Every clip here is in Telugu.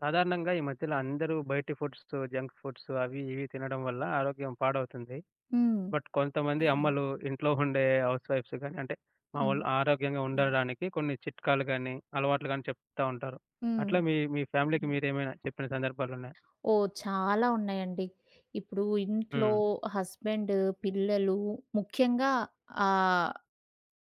సాధారణంగా ఈ మధ్యలో అందరూ బయటి ఫుడ్స్, జంక్ ఫుడ్స్ అవి ఇవి తినడం వల్ల ఆరోగ్యం పాడవుతుంది. హ్మ్. బట్ కొంతమంది అమ్మలు ఇంట్లో ఉండే హౌస్ వైఫ్స్ గాని, అంటే మా హ్మ్. వోళ్ళు ఆరోగ్యంగా ఉండడానికి కొన్ని చిట్కాలు గాని, అలవాట్లు గాని చెప్తా ఉంటారు. హ్మ్. అట్లా మీ మీ ఫ్యామిలీకి మీరేమైనా చెప్పిన సందర్భాలున్నాయా? ఓహ్! చాలా ఉన్నాయండి. ఇప్పుడు ఇంట్లో హ్మ్. హస్బెండ్, పిల్లలు ముఖ్యంగా ఆహ్,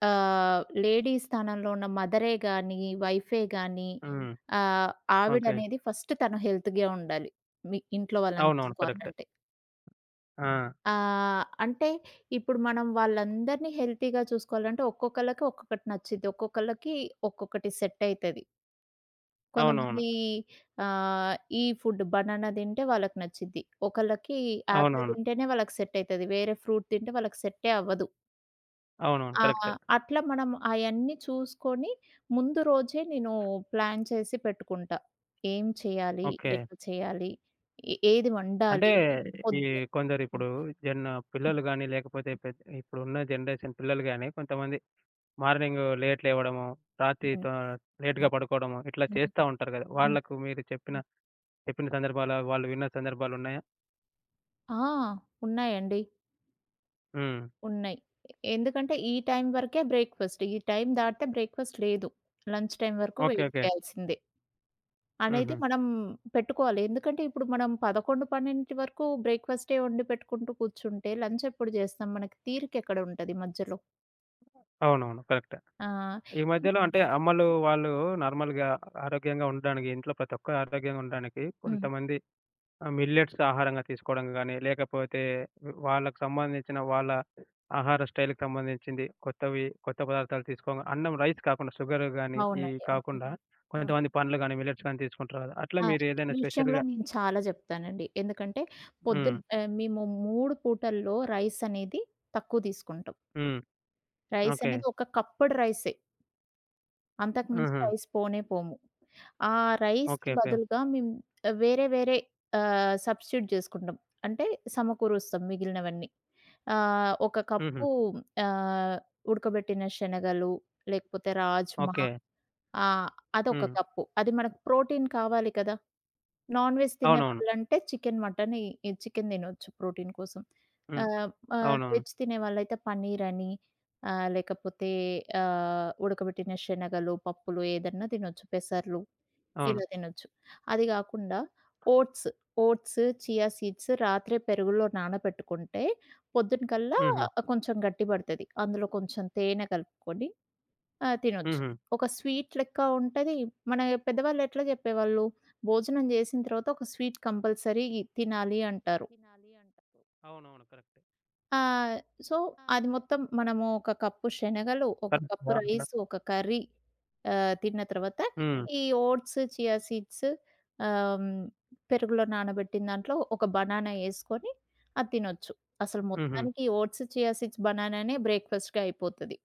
ఆహ్, లేడీ స్థానంలో ఉన్న మదరే గాని, వైఫే గాని హ్మ్. ఆహ్, ఓకే. ఆవిడనేది ఫస్ట్ తను హెల్త్‌గా ఉండాలి. మీ ఇంట్లో వాళ్ళని అవునవును. కరెక్టే. చూసుకోవాలంటే. ఆ! అంటే ఇప్పుడు మనం వాళ్ళందరినీ హెల్తీగా చూసుకోవాలంటే ఒక్కొక్కళ్ళకి ఒక్కొక్కటి నచ్చిద్ది. ఒక్కొక్కళ్ళకి ఒక్కొక్కటి సెట్ అయితది. అవునవును. కొంతమంది ఆహ్, ఈ ఫుడ్ బనానా తింటే వాళ్ళకి నచ్చిద్ది. ఒకళ్ళకి యాపిల్ అవునవును. తింటేనే వాళ్ళకి సెట్ అయితది. వేరే ఫ్రూట్ తింటే వాళ్ళకి సెట్టే అవ్వదు. అవునవును. ఆ! కరెక్టే. అట్లా మనం అయన్నీ చూసుకొని ముందు రోజే నేను ప్లాన్ చేసి పెట్టుకుంటా. ఏం చేయాలి? ఓకే. ఎట్లా చేయాలి? ఏది అంటే వండాలి? ఈ పొద్దున. కొందరిప్పుడు జన్ పిల్లలు గాని, లేకపోతే ఇప్పుడున్న జనరేషన్ పిల్లలు గాని కొంతమంది మార్నింగ్ లేట్ లేవడము, రాత్రి హ్మ్. లేట్‌గా పడుకోవడము, ఇట్లా హ్మ్. చేస్తా ఉంటారు కదా! హ్మ్. వాళ్ళకు మీరు చెప్పిన చెప్పిన సందర్భాలు, వాళ్ళు విన్న సందర్భాలున్నాయా? ఆ! ఉన్నాయండి. హ్మ్. ఉన్నాయి. ఎందుకంటే ఈ టైం వరకే బ్రేక్‌ఫాస్ట్. ఈ టైం దాటితే బ్రేక్‌ఫాస్ట్ లేదు. లంచ్ టైమ్ వరకు ఓకే. Wait okay. చేయాల్సిందే. అనేది హుహు. మనం పెట్టుకోవాలి. ఎందుకంటే ఇప్పుడు మనం 11, 12 వరకు బ్రేక్‌ఫాస్టే వండి పెట్టుకుంటూ కూర్చుంటే లంచ్ ఎప్పుడు జేస్తాం? మనకి తీరికెక్కడ ఉంటది మధ్యలో? అవునవును. కరెక్టే. ఆహ్, ఈ ఇంక్ మధ్యలో అంటే అమ్మలు వాళ్ళు నార్మల్‌గా ఆరోగ్యంగా ఉండడానికి ఇంట్లో ప్రతి ఒక్కరు ఆరోగ్యంగా ఉండడానికి హ్మ్. కొంతమంది ఆ! మిల్లెట్స్ ఆహారంగా తీసుకోవడం గాని, లేకపోతే వాళ్ళకి సంబంధించిన వాళ్ళ ఆహార స్టైల్‌కి సంబంధించింది కొత్తవి, కొత్త పదార్థాలు తీసుకోగా అన్నం రైస్ కాకుండా షుగర్ గాని, ఇవి అవునండి. అవునండి. కాకుండా హ్మ్. కొంతమంది పండ్లు గాని, మిల్లెట్స్ గాని తీసుకుంటారు కదా! అట్లా ఆ! మీరు ఈ ఏదైనా విషయంలో స్పెషల్‌గా నేను చాలా జెప్తానండి. ఎందుకంటే హ్మ్. పొద్దున మేము 3 పూటల్లో రైస్ అనేది తక్కువ తీసుకుంటాం. హ్మ్. Rice okay. అనేది ఒక కప్పుడు రైసే. అంతకు మించి హుహు. రైస్ పోనే పోము. ఆ రైస్‌కి ఓకే. ఓకే. బదులుగా మేము వేరే వేరే సబ్స్టిట్యూట్ చేసుకుంటాం. అంటే సమకూరుస్తాం మిగిలినవన్నీ. ఒక హుహు. కప్పు ఆహ్, ఉడకబెట్టిన శనగలు, లేకపోతే రాజ్మా, ఓకే. ఆహ్, అదొక హ్మ్. కప్పు. అది మనకు ప్రోటీన్ కావాలి కదా! నాన్ వెజ్ అవునవును. తినేవాళ్ళంటే చికెన్, మటన్, ఈ ఈ చికెన్ తినొచ్చు ప్రోటీన్ కోసం. హ్మ్. ఆహ్, ఆహ్, అవునవును. వెజ్ తినేవాళ్ళైతే పన్నీర్ అని, లేకపోతే ఉడకబెట్టిన శనగలు, పప్పులు ఏదన్నా తినొచ్చు, పెసర్లు. అవును. ఇలా తినొచ్చు. అది గాకుండా ఓట్స్, ఓట్స్, చియా సీడ్స్ రాత్రే పెరుగులో నానబెట్టుకుంటే పొద్దున కల్లా హుహు. కొంచెం గట్టి పడతది. అందులో కొంచెం తేనె కలుపుకొని తినొచ్చు. హుహు. ఒక స్వీట్ లెక్క ఉంటది. మన పెద్దవాళ్ళు ఎట్లా జెప్పేవాళ్ళు, భోజనం జేసిన తర్వాత ఒక స్వీట్ కంపల్సరీ తినాలి అంటారు. అవునవును. కరెక్టే. ఆ! సో, అది మొత్తం మనము ఒక కప్పు శనగలు, ఒక కరెక్టే. కప్పు అట్లా రైస్, ఒక కర్రీ తిన్న తర్వాత హ్మ్. ఈ ఓట్స్, చియా సీడ్స్, ఆహ్, హ్మ్, పెరుగులో నానబెట్టిన దాంట్లో ఒక బనానా యేసుకొని అది తినొచ్చు. అసలు హుహు. మొత్తానికి ఓట్స్, చియా సీడ్స్, బనానానే బ్రేక్‌ఫాస్ట్‌గా అయిపోతది.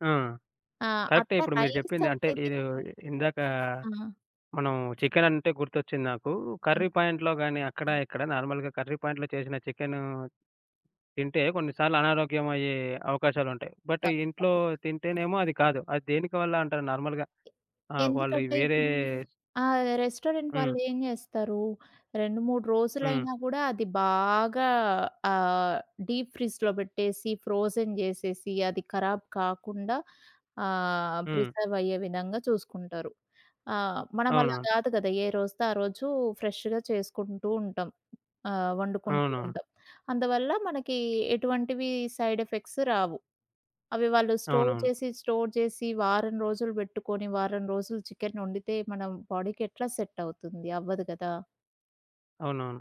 ఆ! ఆ! కరెక్టే అట్లా ఇప్పుడు మీరు రైస్ చెప్పింది. అంటే అనేది. ఇది ఇందాక ఆ! మనం చికెన్ అంటే గుర్తొచ్చింది నాకు. హ్మ్. కర్రీ పాయింట్‌లో గాని, అక్కడ ఇక్కడ నార్మల్‌గా కర్రీ పాయింట్‌లో చేసిన చికెను తింటే కొన్నిసార్లు అనారోగ్యం అయ్యే అవకాశాలుంటాయి. బట్ ఇంట్లో తప్పకు. తింటేనేమో అది కాదు. అది దేనికి వల్ల అంటారు నార్మల్‌గా వాళ్ళు ఎందుకంటే వేరే ఇప్పుడు ఆ రెస్టారెంట్ హ్మ్. హ్మ్. వాళ్ళు ఏం జేస్తారు, 2, 3 హ్మ్. రోజులైనా గూడా అది బాగా ఆహ్, డీప్ ఫ్రిడ్జ్‌లో బెట్టేసి, ఫ్రోజన్ జేసేసి, అది ఖరాబ్ కాకుండా హ్మ్. ప్రిజర్వ్ అయ్యే విధంగా చూసుకుంటారు. మనం అలా అవునవును. గాదు గదా! ఏ రోజుతో ఆ రోజు ఫ్రెష్‌గా చేసుకుంటూ ఉంటాం. వండుకుంటూ అవునవును. ఉంటాం. అందువల్ల మనకి ఎటువంటివి సైడ్ ఎఫెక్ట్స్ రావు. అవి వాళ్ళు స్టోర్ అవునవును. చేసి, స్టోర్ చేసి వారం రోజులు పెట్టుకొని, వారం రోజులు చికెన్ వండితే మన బాడీకి ఎట్లా సెట్ అవుతుంది? అవ్వదు కదా! అవునవును.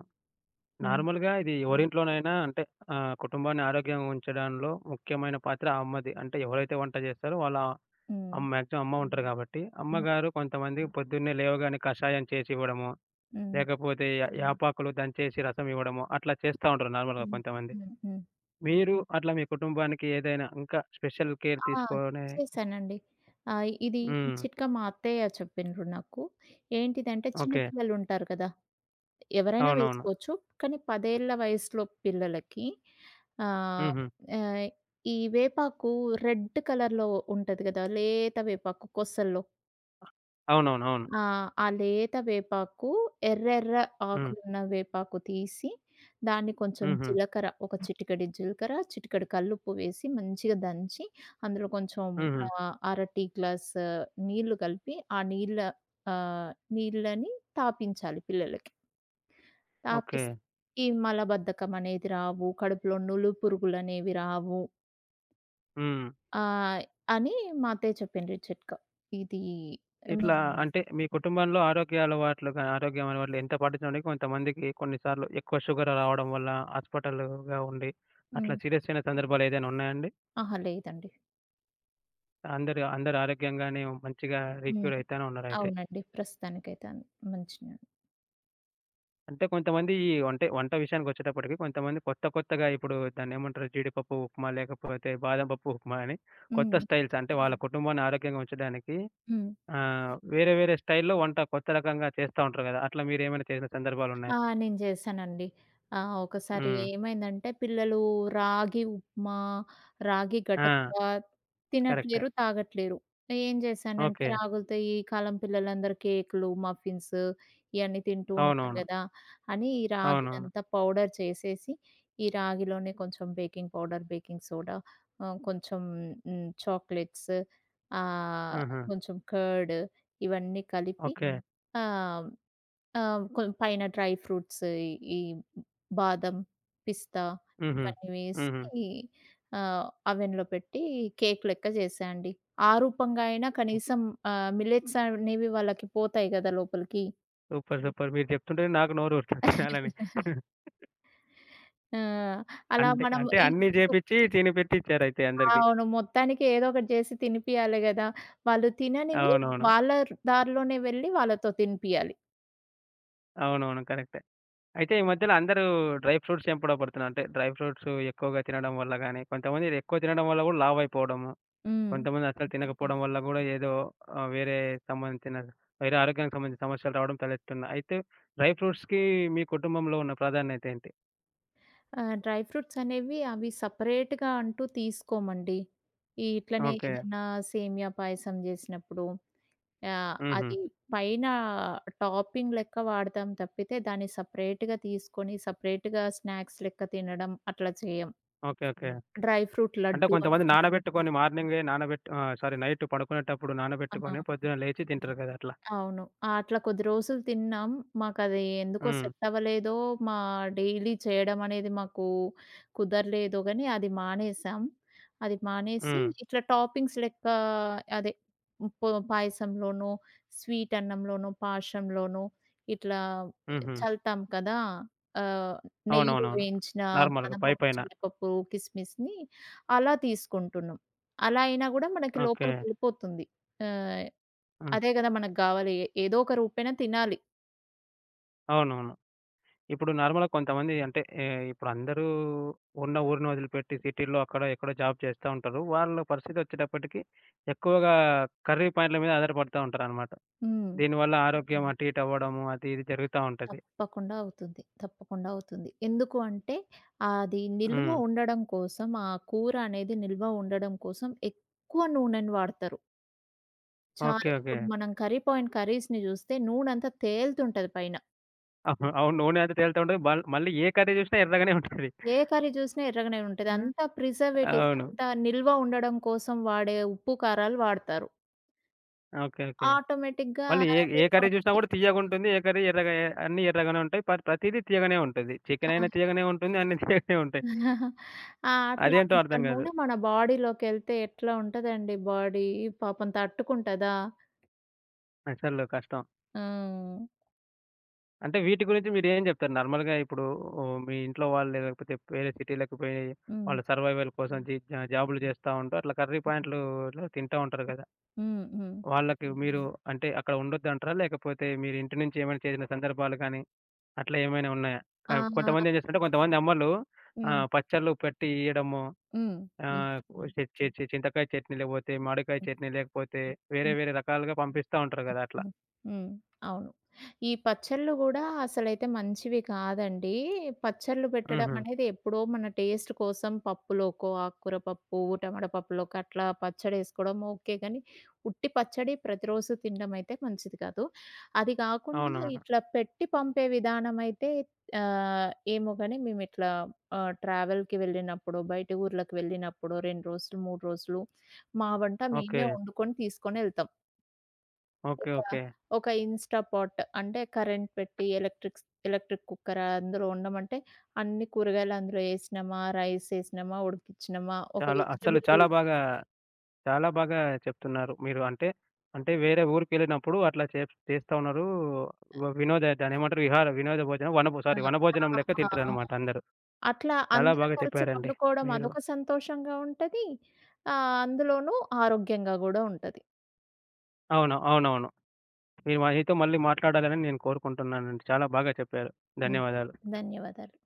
హ్మ్. నార్మల్‌గా ఇది ఎవరింట్లోనైనా అంటే కుటుంబాన్ని ఆరోగ్యంగా ఉంచడంలో ముఖ్యమైన పాత్ర ఆ అమ్మది. అంటే ఎవరైతే వంట చేస్తారో వాళ్ళ హ్మ్. మాక్సిమం అమ్మ ఉంటారు కాబట్టి, హ్మ్. అమ్మగారు కొంతమందికి పొద్దున్నే లేవగానే కషాయం చేసి ఇవ్వడము, హ్మ్. లేకపోతే యా హ్మ్. యాపాకులు దంచేసి రసం ఇవ్వడము, అట్లా చేస్తా ఉంటారు నార్మల్‌గా హ్మ్. కొంతమంది. హ్మ్. హ్మ్. మీరు అట్లా మీ కుటుంబానికి ఏదైనా ఇంకా స్పెషల్ కేర్ ఆ! తీసుకొనే చేశానండి. ఇది ఈ హ్మ్. చిట్కా మా అత్తయ్య చెప్పిండ్రు నాకు. ఏంటిదంటే చిన్న ఓకే. పిల్లలుంటారు కదా! ఎవరైనా అవునవును. వేసుకోవచ్చు. కానీ 10 ఏళ్ల వయసులో పిల్లలకి, ఆహ్, హుహు. ఆహ్, ఈ వేపాకు రెడ్ కలర్‌లో ఉంటది కదా! లేత వేపాకు కొసల్లో. అవునవును. అవును. ఆ! ఆ లేత వేపాకు, ఎర్రెర్ర హ్మ్. ఆకులున్న వేపాకు తీసి, దాన్ని కొంచెం హుహు. జీలకర్ర, ఒక చిటికెడు జీలకర్ర, చిటికెడు కల్లుప్పు వేసి మంచిగా దంచి, అందులో కొంచెం హుహు. అర టీ గ్లాస్ ఆ, నీళ్లు కలిపి, ఆ నీళ్ళ ఆహ్, నీళ్ళని తాపించాలి పిల్లలకి. ఓకే. తాపిస్తే ఈ మలబద్ధకం అనేది రావు, కడుపులో నులు పురుగులనేవి రావు హ్మ్. ఆహ్, అని మా అత్తయ్య చెప్పిండ్రి చిట్కా. ఇది. హ్మ్. ఇట్లా అంటే మీ కుటుంబంలో ఆరోగ్యం అలవాట్లు ఎంత పాటించడానికి కొంతమందికి కొన్నిసార్లు ఎక్కువ షుగర్ రావడం వల్ల హాస్పిటల్‌గా ఉండి అట్లా హ్మ్. సీరియస్ అయిన సందర్భాలు ఏదైనా ఉన్నాయండి? అహా! లేదండి. అందరు అందరు ఆరోగ్యంగానే మంచిగా రికవర్ హ్మ్. అయితానే ఉన్నారైతే. అవునండి. ప్రస్తుతానికైతే మంచినే. అంటే కొంతమంది ఈ అంటే వంట విషయానికొచ్చేటప్పటికి కొంతమంది కొత్త కొత్తగా ఇప్పుడు దాన్నేమంటారు జీడిపప్పు ఉప్మా లేకపోతే బాదం పప్పు ఉప్మా అని కొత్త హ్మ్. స్టైల్స్ అంటే వాళ్ళ కుటుంబాన్ని ఆరోగ్యంగా ఉంచడానికి హ్మ్. వేరే వేరే స్టైల్‌లో వంట కొత్త రకంగా చేస్తా ఉంటారు గదా! అట్లా మీరేమైనా చేసిన సందర్భాలున్నాయా? ఆ! నేను చేశానండి. ఒకసారి హ్మ్. ఏమైందంటే పిల్లలు రాగి ఉప్మా, రాగి గటక ఆ! కరెక్ట్. తినట్లేరు, తాగట్లేరు. ఏం చేశానంటే ఓకే. రాగులతో ఈ కాలం పిల్లలందరూ కేకులు, మఫిన్స్ ఇయన్నీ తింటూ ఉంటారు అవునవును. హ్మ్. కదా! అని ఈ అవునవును. రాగినంతా పౌడర్ చేసేసి, ఈ రాగిలోనే కొంచెం బేకింగ్ పౌడర్, బేకింగ్ సోడా, కొంచెం చాక్లెట్స్, ఆహ్, ఆహా! కొంచెం కర్డ్ ఇవన్నీ కలిపి, ఓకే. ఆహ్ ఆ! పైన డ్రై ఫ్రూట్స్, ఈ బాదం, పిస్తా హ్మ్. హుహు. ఇవన్నీ హుహు. వేసి అవెన్‌లో పెట్టి కేక్ లెక్క చేశా అండి. ఆ రూపంగా అయినా కనీసం మిల్లెట్స్ అనేవి వాళ్ళకి పోతాయి కదా లోపలికి. సూపర్. సూపర్. మీరు చెప్తుంటే నాకు నోరూరుతుంది తినాలని. ఆ! అలా అంటే, మనం అంటే అన్నీ ఇప్పుడు జేపిచ్చి తినిపెట్టిచ్చారయితే అందరికి. అవును. మొత్తానికి ఏదో ఒకటి చేసి తినిపియాలి కదా! వాళ్ళు తిననివి అవునవును. వాళ్ళ దారిలోనే వెళ్ళి వాళ్ళతో తినిపియాలి. హ్మ్. అవునవును. కరెక్టే. అయితే ఈ మధ్యలో అందరూ డ్రై ఫ్రూట్స్ వెంపడ పడుతున్నారు. అంటే డ్రై ఫ్రూట్స్ ఎక్కువగా తినడం వల్ల గాని, కొంతమంది ఎక్కువ తినడం వల్ల గూడా లావయిపోవడము, హ్మ్. కొంతమంది అసలు తినకపోవడం వల్ల గూడా ఏదో ఆహ్, వేరే సంబంధించిన వేరే ఆరోగ్యానికి సంబంధించిన సమస్యలు రావడం తలెత్తున్నాయి. అయితే డ్రై ఫ్రూట్స్‌కి మీ కుటుంబంలో ఉన్న ప్రాధాన్యతేంటి? డ్రై ఫ్రూట్స్ అనేవి అవి సెపరేట్‌గా అంటూ తీసుకోమండి. ఈ ఇట్లనే ఓకే. ఏదన్నా సేమియా పాయసం జేసినప్పుడు హుహు. అది పైన టాపింగ్ లెక్క వాడతాం తప్పితే దాన్ని సెపరేట్‌గా తీసుకొని సెపరేట్‌గా స్నాక్స్ లెక్క తినడం అట్లా చేయం. ఓకే. ఓకే. హ్మ్. డ్రై ఫ్రూట్ అంటే లడ్డు కొంతమంది నానబెట్టుకొని మార్నింగే నానబెట్టి సారీ నైట్ పడుకునేటప్పుడు అనం. నానబెట్టుకొని ఆ! పొద్దున లేచి తింటారు కదా! అట్లా. అవును. అట్లా కొద్ది రోజులు తిన్నాం. మాకది ఎందుకో హ్మ్. సెట్ అవ్వలేదో, మా డైలీ చేయడం అనేది మాకు కుదరలేదో గాని అది మానేసాం. అది మానేసి హ్మ్. ఇట్లా టాపింగ్స్ లెక్క అదే పాయసంలోనో, స్వీట్ అన్నంలోనో, పాషంలోనో ఇట్లా హుహు. చల్లుతాం కదా! ఆహ్, నెయ్యిలో అవునవునవును. హ్మ్. వేయించిన నార్మల్‌గా బాదం పప్పు, పైపైన. హ్మ్. జీడిపప్పు, కిస్‌మిస్‌ని అలా తీసుకుంటున్నాం. అలా అయినా గూడా మనకి ఓకే. లోపలికెళ్ళిపోతుంది. ఆహ్, హ్మ్. అదే గదా మనకు గావాలి. ఏదో ఒక రూపేణ తినాలి. అవునవును. ఇప్పుడు నార్మల్‌గా కొంతమంది అంటే ఇప్పుడు అందరూ ఉన్న ఊరిని వదిలిపెట్టి సిటీ‌లో అక్కడ ఎక్కడో జాబ్ చేస్తా ఉంటారు. వాళ్ళ పరిస్థితి వచ్చేటప్పటికి ఎక్కువగా కర్రీ పాయింట్ల మీద ఆధారపడతా ఉంటారనమాట. హ్మ్. దీనివల్ల ఆరోగ్యం అటు ఇటు అవ్వడము అది ఇది జరుగుతా ఉంటది. తప్పకుండా అవుతుంది. తప్పకుండా అవుతుంది. ఎందుకు అంటే అది నిల్వ హ్మ్. ఉండడం కోసం ఆ కూర అనేది నిల్వ ఉండడం కోసం ఎక్కువ నూనెను వాడతారు. చా ఓకే. ఓకే. ఇప్పుడు మనం కర్రీ పాయింట్ కర్రీస్‌ని జూస్తే నూనంతా తేలుతుంటది పైన. అవును. అవును. నూనె అంతా తేలుతా ఉంటది. మళ్ళీ ఏ కర్రీ జూసినా ఎర్రగానే ఉంటది. ఏ కర్రీ చూసినా ఎర్రగానే ఉంటది. ఆ! అంతా ప్రిజర్వేటివ్స్, అవును. అంతా నిల్వ ఉండడం కోసం వాడే ఉప్పు, కారాలు వాడతారు. ఓకే. ఓకే. ఆటోమేటిక్‌గా మళ్ళీ ఏ ఏ అదేలా కర్రీ జూసినా ఉంటది. గూడా తియ్యగుంటుంది. ఏ కర్రీ ఎర్రగా ఎ అన్నీ ఎర్రగానే ఉంటాయి. ప్రతీదీ తియ్యగానే ఉంటది. చికెన్ ఆ! అయినా తియ్యగానే ఉంటుంది. అన్నీ తియ్యగానే ఉంటాయి. ఆ! అట్లా అదేంటో అంత అర్థం గాదు. నూనె మన బాడీలోకెళ్తే ఎట్లా ఉంటదండి, బాడీ పాపం తట్టుకుంటదా? అసలు కష్టం. హ్మ్. అంటే వీటి గురించి మీరేం జెప్తారు? నార్మల్‌గా ఇప్పుడు ఓహ్, మీ ఇంట్లో వాళ్ళు లేకపోతే వేరే సిటీలకు పోయి హ్మ్. వాళ్ళ సర్వైవల్ కోసం జీ జా జాబులు జేస్తా ఉంటూ అట్లా కర్రీ పాయింట్లులో తింటా ఉంటారు గదా! హ్మ్. హ్మ్. వాళ్ళకి మీరు అంటే అక్కడ ఉండొద్దంటారా? లేకపోతే మీరు ఇంటి నుంచి ఏమైనా చేసిన సందర్భాలు గాని అట్లా ఏమైనా ఉన్నాయా? క ఆ! కొంతమందేం చేస్తారంటే కొంతమంది అమ్మలు హ్మ్. పచ్చళ్ళు పెట్టి ఇయ్యడము హ్మ్. హ్మ్. హ్మ్. ఆహ్, హ్మ్. చె చె చె చింతకాయ చట్నీ, లేకపోతే మామిడికాయ చట్నీ, లేకపోతే వేరే వేరే రకాలుగా పంపిస్తా ఉంటారు కదా! అట్లా. హ్మ్. హ్మ్. అవును. ఈ పచ్చళ్ళు గూడా అసలైతే మంచివి కాదండి. పచ్చళ్ళు పెట్టడం హుహు. అనేది ఎప్పుడో మన టేస్ట్ కోసం పప్పులోకో, ఆకుకూర పప్పు, టమాటా పప్పులోకి అట్లా పచ్చడేసుకోవడం ఓకే. కానీ ఉట్టి పచ్చడి ప్రతిరోజు తినడం అయితే మంచిది కాదు. అది కాకుండా అవునవును. ఇట్లా పెట్టి పంపే విధానం అయితే ఏమో గాని మేమిట్లా ట్రావెల్‌కి వెళ్ళినప్పుడు, బయట ఊర్లకు వెళ్ళినప్పుడు 2 రోజులు, 3 రోజులు మా వంట ఓకే. మేమే వండుకొని తీసుకొనెళ్తాం. ఓకే. ఒక, ఓకే. ఒక ఇన్‌స్టా పాట్ అంటే కరెంట్ పెట్టి ఎలక్ట్రిక్ కుక్కర్ అందులో వండమంటే అన్ని కూరగాయలు అందులో ఏసినామా, రైస్ ఏసినామా, ఉడికిచ్చినామా, ఒక చాలా అస్సలు వెజిటబుల్. చాలా బాగా, చాలా బాగా చెప్తున్నారు మీరు. అంటే, వేరే ఊరికెళ్ళినప్పుడు అట్లా చేస్తా ఉన్నారు. వినోద దాన్నేమంటారు? విహార వినోద భోజనం ఆ! ఆ! వనభోజనం లెక్క ఆ! తింటారనమాట అందరూ. అట్లా చాలా అందరం బాగా కలిసి చెప్పారండి వండుకోవడం మీరు. అదొక సంతోషంగా ఉంటది. అందులోనూ ఆరోగ్యంగా గూడా ఉంటది. అవును. అవునవును. మీతో మళ్ళీ మాట్లాడాలని నేను కోరుకుంటున్నానండి. చాలా బాగా చెప్పారు. హ్మ్. ధన్యవాదాలు. ధన్యవాదాలు.